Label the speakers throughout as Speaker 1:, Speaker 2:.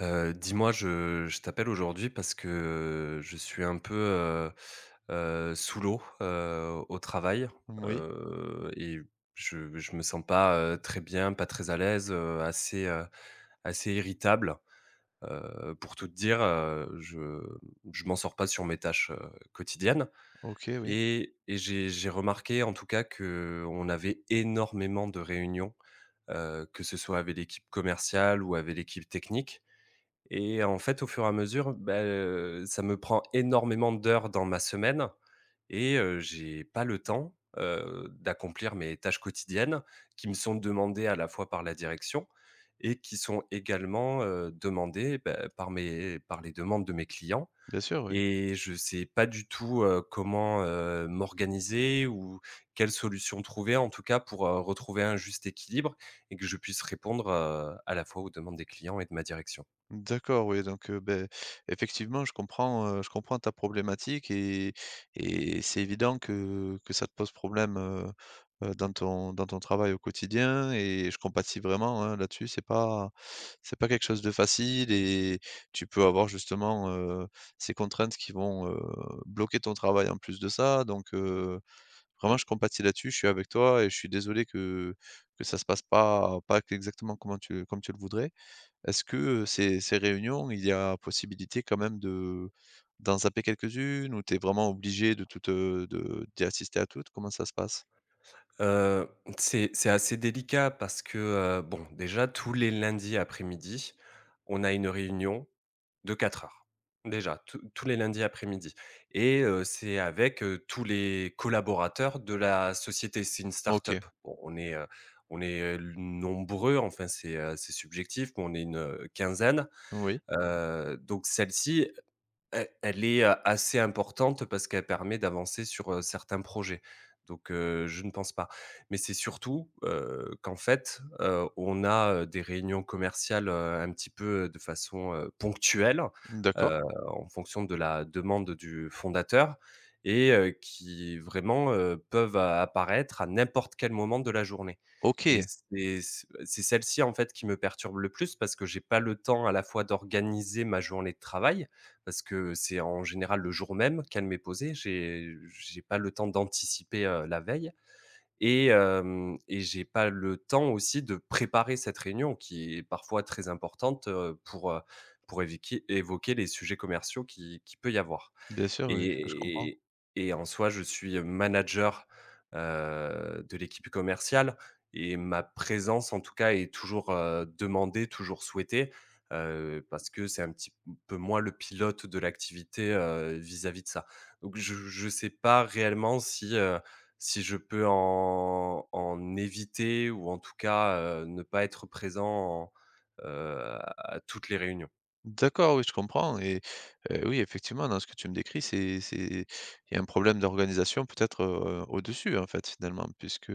Speaker 1: Dis-moi, je t'appelle aujourd'hui parce que je suis un peu sous l'eau, au travail,
Speaker 2: Oui,
Speaker 1: et je me sens pas, très bien, pas très à l'aise, assez, assez irritable. Pour tout te dire, je m'en sors pas sur mes tâches, quotidiennes.
Speaker 2: OK, oui,
Speaker 1: Et j'ai remarqué en tout cas que on avait énormément de réunions, que ce soit avec l'équipe commerciale ou avec l'équipe technique. Et en fait, au fur et à mesure, bah, ça me prend énormément d'heures dans ma semaine, et j'ai pas le temps, d'accomplir mes tâches quotidiennes qui me sont demandées à la fois par la direction et qui sont également, demandées, bah, par mes par les demandes de mes clients.
Speaker 2: bien sûr, oui.
Speaker 1: Et je sais pas du tout, comment, m'organiser ou quelle solution trouver en tout cas pour, retrouver un juste équilibre et que je puisse répondre, à la fois aux demandes des clients et de ma direction.
Speaker 2: D'accord, oui, donc beh, effectivement, je comprends ta problématique et c'est évident que ça te pose problème, dans ton travail au quotidien et je compatis vraiment, hein, là-dessus. C'est pas quelque chose de facile et tu peux avoir justement, ces contraintes qui vont, bloquer ton travail en plus de ça, donc. Vraiment, je compatis là-dessus, je suis avec toi et je suis désolé que ça se passe pas exactement comme tu le voudrais. Est-ce que, ces réunions, il y a possibilité quand même de d'en zapper quelques-unes ou tu es vraiment obligé de toutes, de d'y assister à toutes? Comment ça se passe?
Speaker 1: Heu, c'est assez délicat parce que, bon, déjà tous les lundis après-midi, on a une réunion de 4 heures. Déjà, tous les lundis après-midi, et c'est avec, tous les collaborateurs de la société. C'est une
Speaker 2: OK,
Speaker 1: start-up. Bon, on est, nombreux, enfin c'est subjectif, mais on est une, quinzaine.
Speaker 2: oui,
Speaker 1: Donc celle-ci elle est, assez importante parce qu'elle permet d'avancer sur, certains projets. Donc, je ne pense pas. Mais c'est surtout, qu'en fait, on a, des réunions commerciales, un petit peu, de façon, ponctuelle,
Speaker 2: d'accord.
Speaker 1: heu, en fonction de la demande du fondateur, et qui vraiment, peuvent a apparaître à n'importe quel moment de la journée. Et
Speaker 2: OK,
Speaker 1: c'est celle-ci, en fait, qui me perturbe le plus parce que j'ai pas le temps à la fois d'organiser ma journée de travail parce que c'est en général le jour même qu'elle m'est posée. J'ai pas le temps d'anticiper, la veille, et j'ai pas le temps aussi de préparer cette réunion qui est parfois très importante, pour, pour évoquer les sujets commerciaux qui peut y avoir.
Speaker 2: bien sûr, oui, je comprends.
Speaker 1: Et en soi, je suis manager, de l'équipe commerciale, et ma présence, en tout cas, est toujours, demandée, toujours souhaitée, parce que c'est un petit peu moi le pilote de l'activité, vis-à-vis de ça. Donc je ne sais pas réellement si, si je peux en éviter, ou en tout cas, ne pas être présent en, à toutes les réunions.
Speaker 2: D'accord, oui, je comprends et oui, effectivement, dans ce que tu me décris, c'est il y a un problème d'organisation peut-être, au-dessus, en fait, finalement, puisque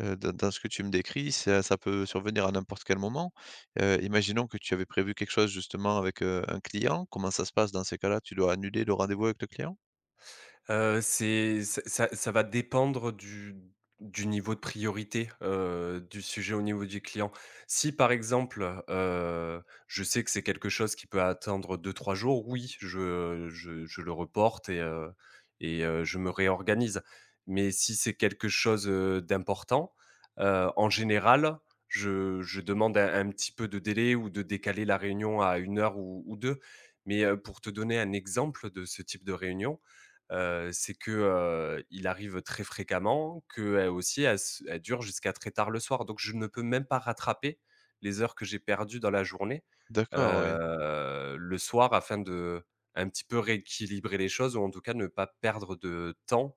Speaker 2: Dans ce que tu me décris, ça peut survenir à n'importe quel moment. Imaginons que tu avais prévu quelque chose justement avec, un client. Comment ça se passe dans ces cas-là? Tu dois annuler le rendez-vous avec le client?
Speaker 1: C'est ça ça ça va dépendre du niveau de priorité, du sujet au niveau du client. Si par exemple, je sais que c'est quelque chose qui peut attendre deux trois jours, oui, je le reporte et je me réorganise. Mais si c'est quelque chose, d'important, en général, je demande un petit peu de délai ou de décaler la réunion à une heure ou 2. Mais, pour te donner un exemple de ce type de réunion, c'est que, il arrive très fréquemment, qu'elle aussi, elle dure jusqu'à très tard le soir. Donc je ne peux même pas rattraper les heures que j'ai perdues dans la journée,
Speaker 2: D'accord, oui,
Speaker 1: le soir, afin de un petit peu rééquilibrer les choses ou en tout cas ne pas perdre de temps,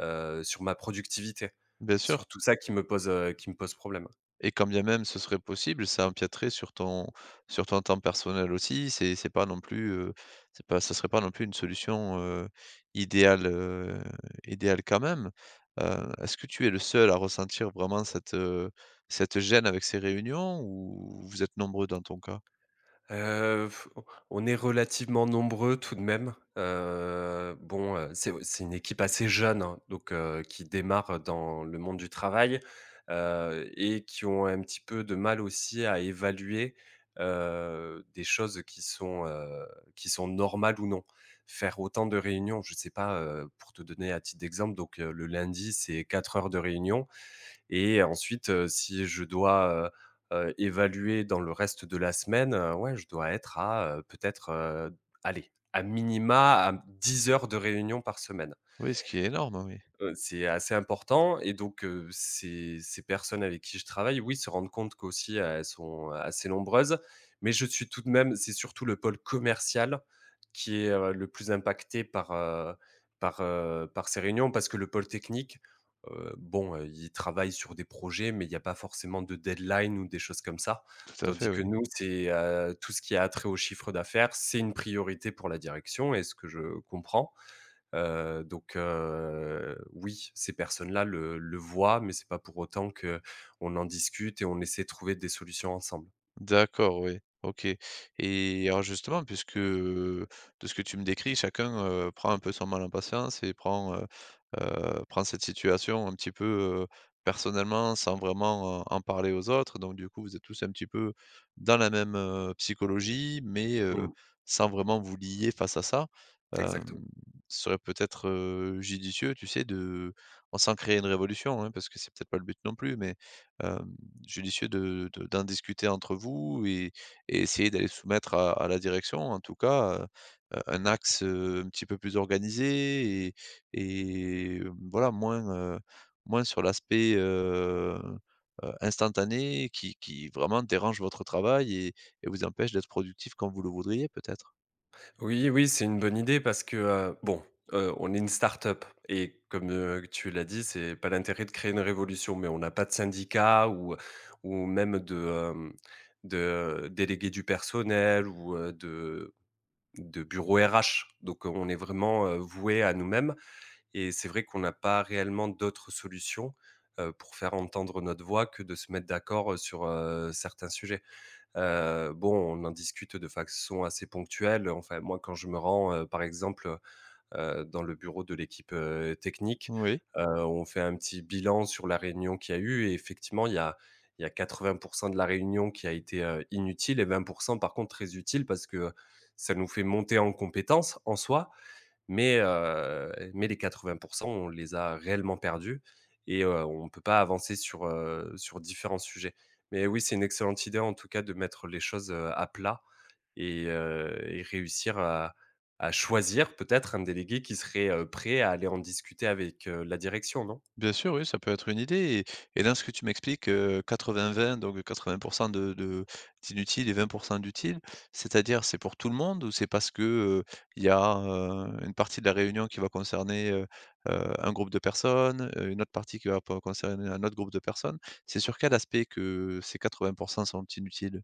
Speaker 1: sur ma productivité.
Speaker 2: bien sûr.
Speaker 1: Sur tout ça qui me pose problème.
Speaker 2: Et quand bien même ce serait possible, ça empiéterait sur ton temps personnel aussi. C'est pas non plus, c'est pas ce serait pas non plus une solution, idéale, idéale quand même. Est-ce que tu es le seul à ressentir vraiment cette, cette gêne avec ces réunions ou vous êtes nombreux dans ton cas?
Speaker 1: Heu, on est relativement nombreux tout de même. Bon, c'est une équipe assez jeune, hein, donc qui démarre dans le monde du travail, et qui ont un petit peu de mal aussi à évaluer, des choses qui sont, qui sont normales ou non. Faire autant de réunions, je sais pas, pour te donner à titre d'exemple, donc le lundi, c'est 4 heures de réunion. Et ensuite, si je dois évaluer dans le reste de la semaine, ouais, je dois être à, peut-être, allez, à minima à 10 heures de réunion par semaine.
Speaker 2: Oui, ce qui est énorme, oui.
Speaker 1: C'est assez important, et donc ces personnes avec qui je travaille, oui, se rendent compte qu'aussi, elles sont assez nombreuses, mais je suis tout de même, c'est surtout le pôle commercial qui est, le plus impacté par ces réunions, parce que le pôle technique, bon, ils travaillent sur des projets, mais il y a pas forcément de deadline ou des choses comme ça.
Speaker 2: Tout à fait,
Speaker 1: Tandis que
Speaker 2: oui.
Speaker 1: nous, c'est, tout ce qui a trait au chiffre d'affaires, c'est une priorité pour la direction, et ce que je comprends. Oui, ces personnes-là le voient, mais c'est pas pour autant que on en discute et on essaie de trouver des solutions ensemble.
Speaker 2: D'accord, oui. OK, et alors justement puisque, de ce que tu me décris, chacun, prend un peu son mal en patience et prend, prend cette situation un petit peu, personnellement sans vraiment en parler aux autres. Donc du coup, vous êtes tous un petit peu dans la même, psychologie mais,
Speaker 1: Mmh,
Speaker 2: sans vraiment vous lier face à ça.
Speaker 1: exactement.
Speaker 2: Hem, ce serait peut-être, judicieux, tu sais, de bon sans créer une révolution, hein, parce que c'est peut-être pas le but non plus mais, hem judicieux de d'en discuter entre vous et essayer d'aller soumettre à la direction, en tout cas, un axe, un petit peu plus organisé et voilà, moins, moins sur l'aspect, instantané qui vraiment dérange votre travail et vous empêche d'être productif comme vous le voudriez peut-être?
Speaker 1: Oui, oui, c'est une bonne idée parce que, bon, on est une start-up, et comme, tu l'as dit, c'est pas l'intérêt de créer une révolution, mais on n'a pas de syndicat ou même de, de délégué du personnel ou, de bureau RH. Donc on est vraiment, voués à nous-mêmes. Et c'est vrai qu'on n'a pas réellement d'autres solutions, pour faire entendre notre voix que de se mettre d'accord, sur, certains sujets. Bon, on en discute de façon assez ponctuelle. Enfin, moi, quand je me rends, par exemple, dans le bureau de l'équipe, technique,
Speaker 2: Oui.
Speaker 1: on fait un petit bilan sur la réunion qu'il y a eu, et effectivement, il y a 80 de la réunion qui a été, inutile, et 20 par contre très utile parce que ça nous fait monter en compétences en soi, mais mais les 80 on les a réellement perdus, et on ne peut pas avancer sur, sur différents sujets. Mais oui, c'est une excellente idée, en tout cas, de mettre les choses, à plat, et réussir à choisir peut-être un délégué qui serait, prêt à aller en discuter avec, la direction, non?
Speaker 2: Bien sûr, oui, ça peut être une idée et dans ce que tu m'expliques, 80-20 donc 80 de d'inutile et 20 d'utile, c'est-à-dire c'est pour tout le monde ou c'est parce que, il y a, une partie de la réunion qui va concerner, un groupe de personnes, une autre partie qui va po concerner un autre groupe de personnes? C'est sur quel aspect que ces 80 sont inutiles?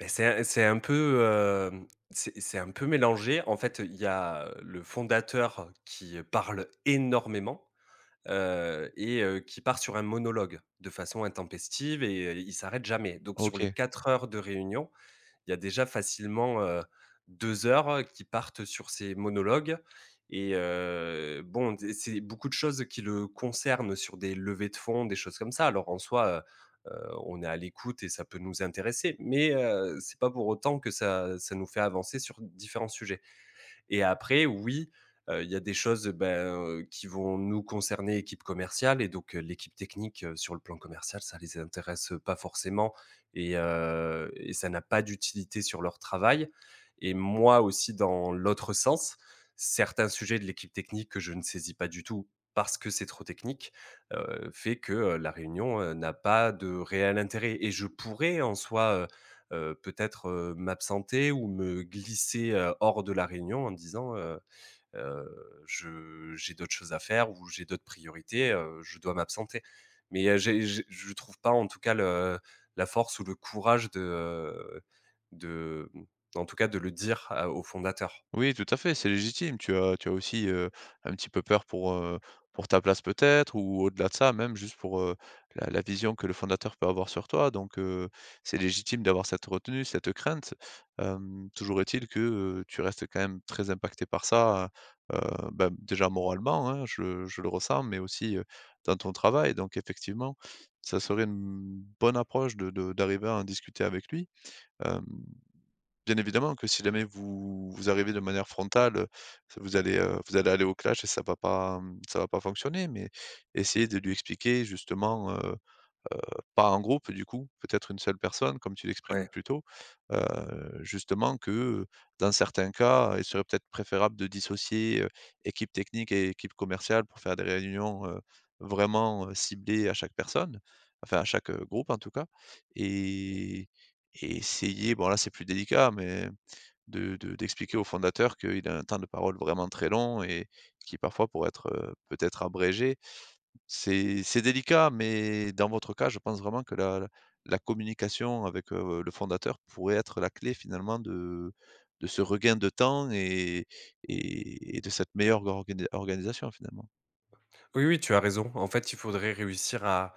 Speaker 1: Ben c'est un peu, c'est un peu mélangé. En fait, il y a le fondateur qui parle énormément, qui part sur un monologue de façon intempestive, et il s'arrête jamais. Donc sur les
Speaker 2: OK.
Speaker 1: 4 heures de réunion, il y a déjà facilement, 2 heures qui partent sur ces monologues, et bon, d c'est beaucoup de choses qui le concernent sur des levées de fonds, des choses comme ça. Alors en soi, on est à l'écoute et ça peut nous intéresser, mais c'est pas pour autant que ça nous fait avancer sur différents sujets. Et après, oui, il y a des choses, bah, qui vont nous concerner, équipe commerciale, et donc, l'équipe technique, sur le plan commercial, ça les intéresse, pas forcément, et ça n'a pas d'utilité sur leur travail. Et moi aussi, dans l'autre sens, certains sujets de l'équipe technique que je ne saisis pas du tout parce que c'est trop technique, fait que, la réunion, n'a pas de réel intérêt, et je pourrais en soi, peut-être, m'absenter ou me glisser, hors de la réunion en disant, «Je j'ai d'autres choses à faire ou j'ai d'autres priorités, je dois m'absenter». Mais, j'ai je ne trouve pas en tout cas le la force ou le courage euh, de, en tout cas de le dire à au fondateur.
Speaker 2: Oui, tout à fait, c'est légitime. Tu as aussi, un petit peu peur pour ta place peut-être ou au-delà de ça, même juste pour, la vision que le fondateur peut avoir sur toi, donc c'est légitime d'avoir cette retenue, cette crainte. Toujours est-il que, tu restes quand même très impacté par ça, heu, bah, déjà moralement, hein, je le ressens, mais aussi, dans ton travail, donc effectivement, ça serait une bonne approche de d'arriver à en discuter avec lui. Hem Bien évidemment que si jamais vous arrivez de manière frontale, vous allez aller au clash et ça va pas, mmh, ça va pas fonctionner, mais essayez de lui expliquer justement, heu, pas en groupe du coup, peut-être une seule personne comme tu
Speaker 1: Ouais.
Speaker 2: l'exprimes plus tôt, justement que, dans certains cas, il serait peut-être préférable de dissocier, équipe technique et équipe commerciale pour faire des réunions, vraiment, ciblées à chaque personne, enfin à chaque, groupe en tout cas, et et essayer, bon là c'est plus délicat, mais de d'expliquer au fondateur qu'il a un temps de parole vraiment très long et qui parfois pourrait être, peut-être abrégé. C'est délicat, mais dans votre cas, je pense vraiment que la communication avec, le fondateur pourrait être la clé finalement de ce regain de temps et de cette meilleure organisation finalement.
Speaker 1: Oui, oui, tu as raison. En fait, il faudrait réussir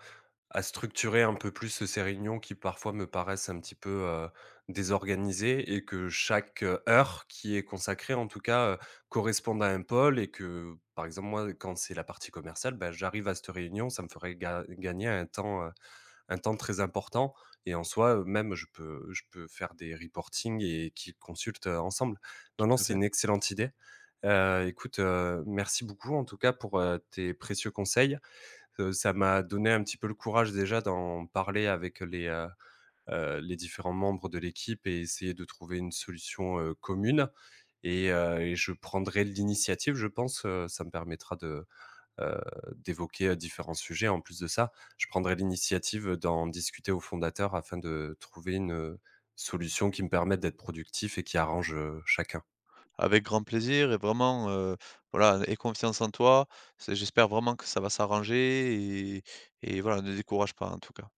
Speaker 1: à structurer un peu plus ces réunions qui parfois me paraissent un petit peu désorganisées, et que chaque heure qui est consacrée, en tout cas, corresponde à un pôle, et que, par exemple, moi, quand c'est la partie commerciale, bah, j'arrive à cette réunion, ça me ferait gagner un temps très important, et en soi, même je peux faire des reportings et qu'ils consultent, ensemble. Non, non,
Speaker 2: Tout à
Speaker 1: c'est
Speaker 2: fait.
Speaker 1: une excellente idée. Écoute, merci beaucoup en tout cas pour, tes précieux conseils. Ça m'a donné un petit peu le courage déjà d'en parler avec les différents membres de l'équipe, et essayer de trouver une solution, commune, et je prendrai l'initiative, je pense, ça me permettra de heu, d'évoquer, différents sujets. En plus de ça, je prendrai l'initiative d'en discuter aux fondateurs, afin de trouver une, solution qui me permette d'être productif et qui arrange, chacun.
Speaker 2: Avec grand plaisir et vraiment, voilà, aie confiance en toi. C'est j'espère vraiment que ça va s'arranger et voilà, ne décourage pas en tout cas.